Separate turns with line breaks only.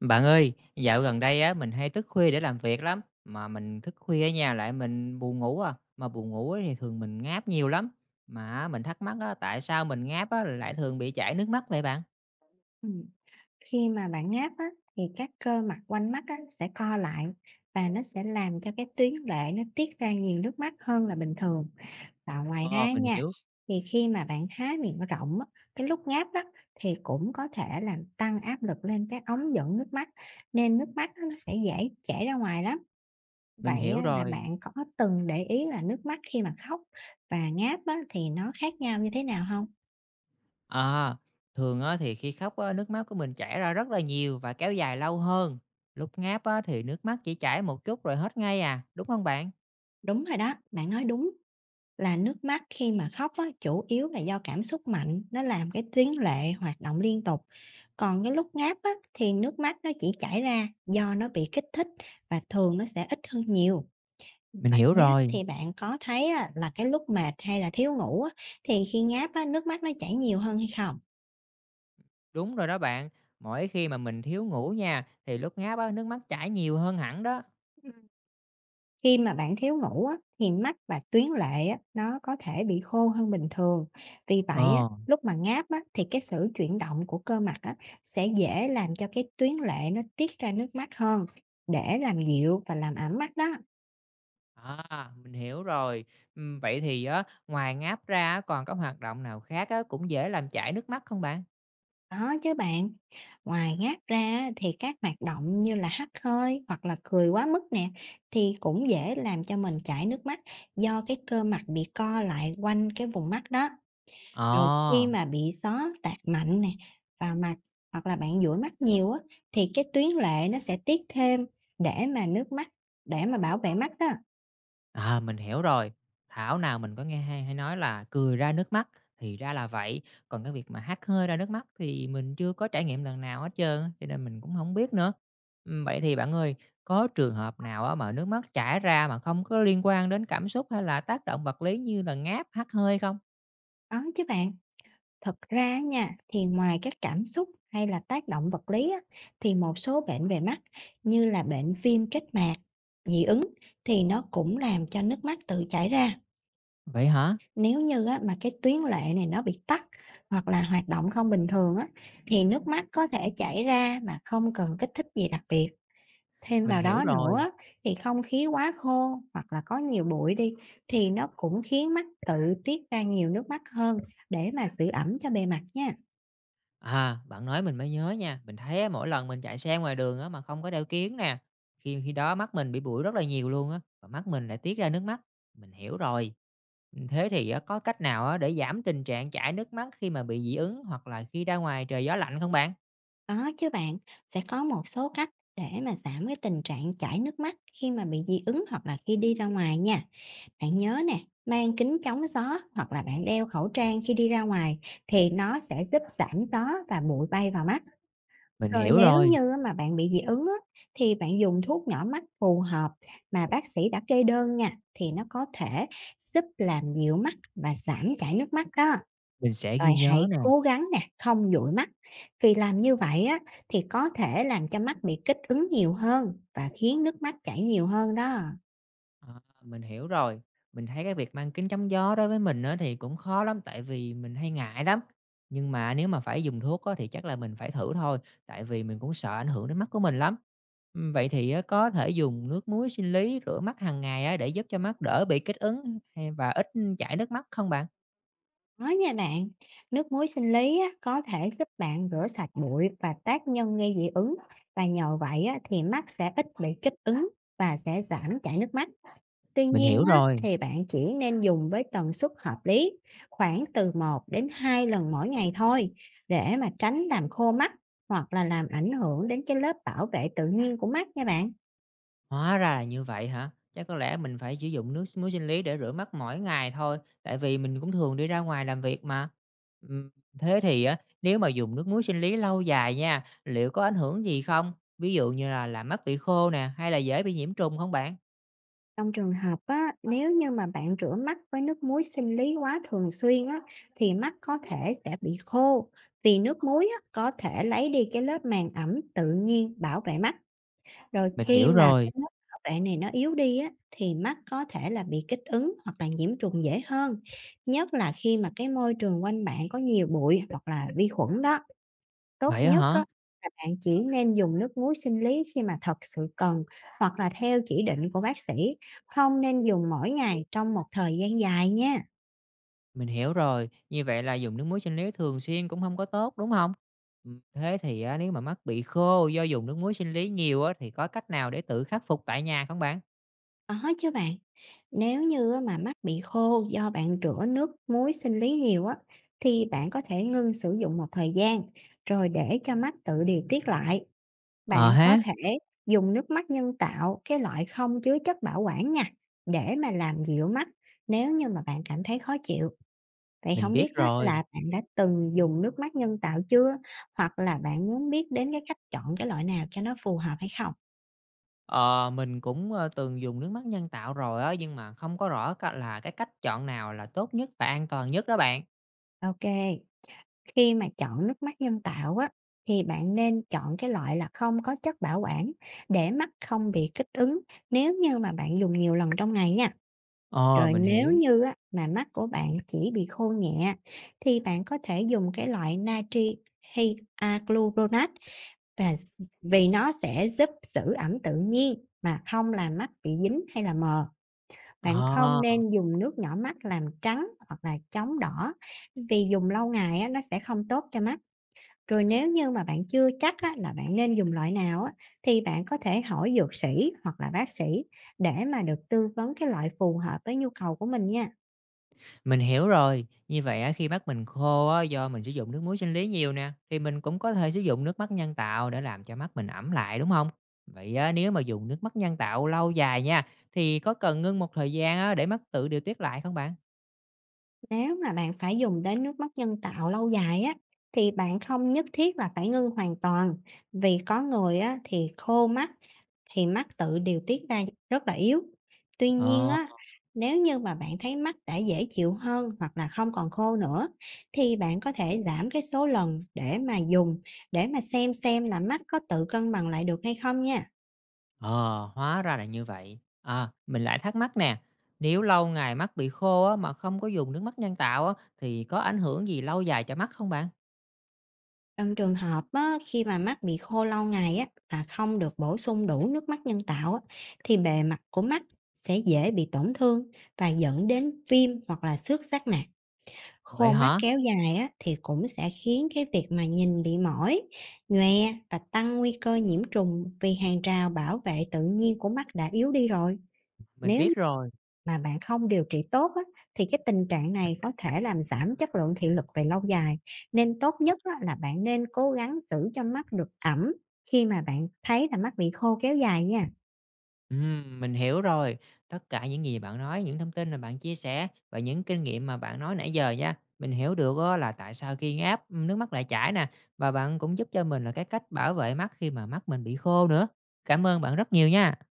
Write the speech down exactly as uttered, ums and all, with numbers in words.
Bạn ơi, dạo gần đây á mình hay thức khuya để làm việc lắm, mà mình thức khuya ở nhà lại mình buồn ngủ à, mà buồn ngủ ấy thì thường mình ngáp nhiều lắm. Mà mình thắc mắc á tại sao mình ngáp á lại thường bị chảy nước mắt vậy bạn?
Ừm, Khi mà bạn ngáp á, thì các cơ mặt quanh mắt á, sẽ co lại và nó sẽ làm cho cái tuyến lệ nó tiết ra nhiều nước mắt hơn là bình thường. Và ngoài
Ờ,
ra
mình
nha,
hiểu,
thì khi mà bạn há miệng rộng á, cái lúc ngáp đó thì cũng có thể làm tăng áp lực lên cái ống dẫn nước mắt nên nước mắt á, nó sẽ dễ chảy ra ngoài lắm.
mình
Vậy á,
hiểu
là
rồi.
bạn có từng để ý là nước mắt khi mà khóc và ngáp á, thì nó khác nhau như thế nào không?
À, thường á thì khi khóc á nước mắt của mình chảy ra rất là nhiều và kéo dài lâu hơn. Lúc ngáp á thì nước mắt chỉ chảy một chút rồi hết ngay à, đúng không bạn?
Đúng rồi đó, bạn nói đúng. Là nước mắt khi mà khóc á, chủ yếu là do cảm xúc mạnh, nó làm cái tuyến lệ hoạt động liên tục. Còn cái lúc ngáp á, thì nước mắt nó chỉ chảy ra do nó bị kích thích và thường nó sẽ ít hơn nhiều. Vậy
Mình hiểu
á,
rồi.
thì bạn có thấy á, là cái lúc mệt hay là thiếu ngủ á, thì khi ngáp á, nước mắt nó chảy nhiều hơn hay không?
Đúng rồi đó bạn. Mỗi khi mà mình thiếu ngủ nha thì lúc ngáp á nước mắt chảy nhiều hơn hẳn đó.
Khi mà bạn thiếu ngủ á, thì mắt và tuyến lệ á, nó có thể bị khô hơn bình thường. Vì vậy á,
Ờ.
lúc mà ngáp á, thì cái sự chuyển động của cơ mặt á, sẽ dễ làm cho cái tuyến lệ nó tiết ra nước mắt hơn để làm dịu và làm ẩm mắt đó.
À, mình hiểu rồi. Ừm, vậy thì á, ngoài ngáp ra á, còn có hoạt động nào khác á, cũng dễ làm chảy nước mắt không bạn?
Đó chứ bạn. Ngoài ngáp ra á, thì các hoạt động như là hắt hơi hoặc là cười quá mức nè thì cũng dễ làm cho mình chảy nước mắt do cái cơ mặt bị co lại quanh cái vùng mắt đó. Rồi khi
Ờ,
mà bị gió tạt mạnh nè, vào mặt hoặc là bạn dụi mắt nhiều á, thì cái tuyến lệ nó sẽ tiết thêm để mà nước mắt để mà bảo vệ mắt đó.
à, mình hiểu rồi. Thảo nào mình có nghe hay hay nói là cười ra nước mắt, thì ra là vậy. Còn cái việc mà hắt hơi ra nước mắt thì mình chưa có trải nghiệm lần nào hết trơn á, cho nên mình cũng không biết nữa. Ừm, vậy thì bạn ơi, có trường hợp nào á, mà nước mắt chảy ra mà không có liên quan đến cảm xúc hay là tác động vật lý như là ngáp, hắt hơi không?
Đó chứ bạn. Thật ra á nha, thì ngoài các cảm xúc hay là tác động vật lý á, thì một số bệnh về mắt như là bệnh viêm kết mạc, dị ứng thì nó cũng làm cho nước mắt tự chảy ra.
Vậy hả?
Nếu như á, mà cái tuyến lệ này nó bị tắc hoặc là hoạt động không bình thường á, thì nước mắt có thể chảy ra mà không cần kích thích gì đặc biệt. Thêm
Mình
vào
hiểu
đó
rồi.
nữa thì không khí quá khô hoặc là có nhiều bụi đi thì nó cũng khiến mắt tự tiết ra nhiều nước mắt hơn để mà giữ ẩm cho bề mặt nha.
À, bạn nói mình mới nhớ nha, mình thấy á, mỗi lần mình chạy xe ngoài đường á mà không có đeo kiếng nè, khi khi đó mắt mình bị bụi rất là nhiều luôn á và mắt mình lại tiết ra nước mắt. Mình hiểu rồi. Ừ, thế thì á, có cách nào á để giảm tình trạng chảy nước mắt khi mà bị dị ứng hoặc là khi ra ngoài trời gió lạnh không bạn?
Có chứ bạn, sẽ có một số cách để mà giảm cái tình trạng chảy nước mắt khi mà bị dị ứng hoặc là khi đi ra ngoài nha. Bạn nhớ nè, mang kính chống gió hoặc là bạn đeo khẩu trang khi đi ra ngoài thì nó sẽ giúp giảm gió và bụi bay vào mắt.
Mình
Rồi
hiểu
nếu
rồi,
như mà bạn bị dị ứng á, thì bạn dùng thuốc nhỏ mắt phù hợp mà bác sĩ đã kê đơn nha thì nó có thể giúp làm dịu mắt và giảm chảy nước mắt đó.
mình sẽ
Rồi
ghi nhớ
hãy
nè.
cố gắng nè, không dụi mắt. Vì làm như vậy á thì có thể làm cho mắt bị kích ứng nhiều hơn và khiến nước mắt chảy nhiều hơn đó.
À, mình hiểu rồi. Mình thấy cái việc mang kính chắn gió đối với mình á thì cũng khó lắm, tại vì mình hay ngại lắm. Nhưng mà nếu mà phải dùng thuốc á thì chắc là mình phải thử thôi, tại vì mình cũng sợ ảnh hưởng đến mắt của mình lắm. Ừm, vậy thì á, có thể dùng nước muối sinh lý rửa mắt hàng ngày á để giúp cho mắt đỡ bị kích ứng hay và ít chảy nước mắt không bạn?
Có nha bạn, nước muối sinh lý á, có thể giúp bạn rửa sạch bụi và tác nhân gây dị ứng, và nhờ vậy á, thì mắt sẽ ít bị kích ứng và sẽ giảm chảy nước mắt. Tuy
Mình
nhiên
hiểu
á,
rồi.
thì bạn chỉ nên dùng với tần suất hợp lý, khoảng từ một đến hai lần mỗi ngày thôi, để mà tránh làm khô mắt hoặc là làm ảnh hưởng đến cái lớp bảo vệ tự nhiên của mắt nha bạn.
Hóa ra là như vậy hả? Chắc có lẽ mình phải sử dụng nước muối sinh lý để rửa mắt mỗi ngày thôi, tại vì mình cũng thường đi ra ngoài làm việc mà. Ừm, Thế thì á, nếu mà dùng nước muối sinh lý lâu dài nha, liệu có ảnh hưởng gì không? Ví dụ như là làm mắt bị khô nè, hay là dễ bị nhiễm trùng không bạn?
Trong trường hợp á, nếu như mà bạn rửa mắt với nước muối sinh lý quá thường xuyên á, thì mắt có thể sẽ bị khô, vì nước muối á, có thể lấy đi cái lớp màng ẩm tự nhiên bảo vệ mắt. Rồi
Mình
khi
hiểu
mà À,
rồi.
cái lớp bảo vệ này nó yếu đi á, thì mắt có thể là bị kích ứng hoặc là nhiễm trùng dễ hơn. Nhất là khi mà cái môi trường quanh bạn có nhiều bụi hoặc là vi khuẩn đó. Tốt
Vậy á
nhất á,
hả?
là bạn chỉ nên dùng nước muối sinh lý khi mà thật sự cần, hoặc là theo chỉ định của bác sĩ, không nên dùng mỗi ngày trong một thời gian dài nha.
Mình hiểu rồi. Như vậy là dùng nước muối sinh lý thường xuyên cũng không có tốt đúng không? Ừm, Thế thì á, nếu mà mắt bị khô do dùng nước muối sinh lý nhiều á, thì có cách nào để tự khắc phục tại nhà không bạn?
Có chứ bạn. Nếu như á mà mắt bị khô do bạn rửa nước muối sinh lý nhiều á, thì bạn có thể ngưng sử dụng một thời gian, rồi để cho mắt tự điều tiết lại.
Ờ
Bạn có
ha.
thể dùng nước mắt nhân tạo, cái loại không chứa chất bảo quản nha, để mà làm dịu mắt nếu như mà bạn cảm thấy khó chịu. Vậy
Mình
không
biết
biết á,
rồi.
là bạn đã từng dùng nước mắt nhân tạo chưa? Hoặc là bạn muốn biết đến cái cách chọn cái loại nào cho nó phù hợp hay không?
Ờ, mình cũng, ơ, từng dùng nước mắt nhân tạo rồi á, nhưng mà không có rõ c là cái cách chọn nào là tốt nhất và an toàn nhất đó bạn.
Ok, khi mà chọn nước mắt nhân tạo á, thì bạn nên chọn cái loại là không có chất bảo quản, để mắt không bị kích ứng nếu như mà bạn dùng nhiều lần trong ngày nha.
Ờ,
Rồi
mình
nếu
hiểu.
như á mà mắt của bạn chỉ bị khô nhẹ, thì bạn có thể dùng cái loại natri hyaluronic, Và vì nó sẽ giúp giữ ẩm tự nhiên mà không làm mắt bị dính hay là mờ.
Ờ,
Bạn không nên dùng nước nhỏ mắt làm trắng hoặc là chống đỏ, vì dùng lâu ngày á, nó sẽ không tốt cho mắt. Rồi nếu như mà bạn chưa chắc á, là bạn nên dùng loại nào á, thì bạn có thể hỏi dược sĩ hoặc là bác sĩ, để mà được tư vấn cái loại phù hợp với nhu cầu của mình nha.
mình hiểu rồi. Như vậy á, khi mắt mình khô á, do mình sử dụng nước muối sinh lý nhiều nè, thì mình cũng có thể sử dụng nước mắt nhân tạo để làm cho mắt mình ẩm lại, đúng không? Vậy á, nếu mà dùng nước mắt nhân tạo lâu dài nha, thì có cần ngưng một thời gian á, để mắt tự điều tiết lại không bạn?
Nếu mà bạn phải dùng đến nước mắt nhân tạo lâu dài á, thì bạn không nhất thiết là phải ngưng hoàn toàn, vì có người á thì khô mắt, thì mắt tự điều tiết ra rất là yếu. Tuy nhiên
Ờ.
á, nếu như mà bạn thấy mắt đã dễ chịu hơn hoặc là không còn khô nữa, thì bạn có thể giảm cái số lần để mà dùng, để mà xem xem là mắt có tự cân bằng lại được hay không nha.
Ờ, hóa ra là như vậy. À, mình lại thắc mắc nè, nếu lâu ngày mắt bị khô á, mà không có dùng nước mắt nhân tạo á, thì có ảnh hưởng gì lâu dài cho mắt không bạn?
Trong trường hợp á, khi mà mắt bị khô lâu ngày á, mà không được bổ sung đủ nước mắt nhân tạo á, thì bề mặt của mắt sẽ dễ bị tổn thương và dẫn đến viêm hoặc là xước giác mạc. Khô
Vậy
mắt
hả?
kéo dài á, thì cũng sẽ khiến cái việc mà nhìn bị mỏi, nhòe và tăng nguy cơ nhiễm trùng, vì hàng rào bảo vệ tự nhiên của mắt đã yếu đi rồi.
Mình
Nếu
biết rồi.
mà bạn không điều trị tốt á, thì cái tình trạng này có thể làm giảm chất lượng thị lực về lâu dài. Nên tốt nhất á, là bạn nên cố gắng giữ cho mắt được ẩm khi mà bạn thấy là mắt bị khô kéo dài nha.
Ừm, mình hiểu rồi. Tất cả những gì bạn nói, những thông tin mà bạn chia sẻ và những kinh nghiệm mà bạn nói nãy giờ nha, mình hiểu được á, là tại sao khi ngáp ừ, nước mắt lại chảy nè và bạn cũng giúp cho mình là cái cách bảo vệ mắt khi mà mắt mình bị khô nữa. Cảm ơn bạn rất nhiều nha.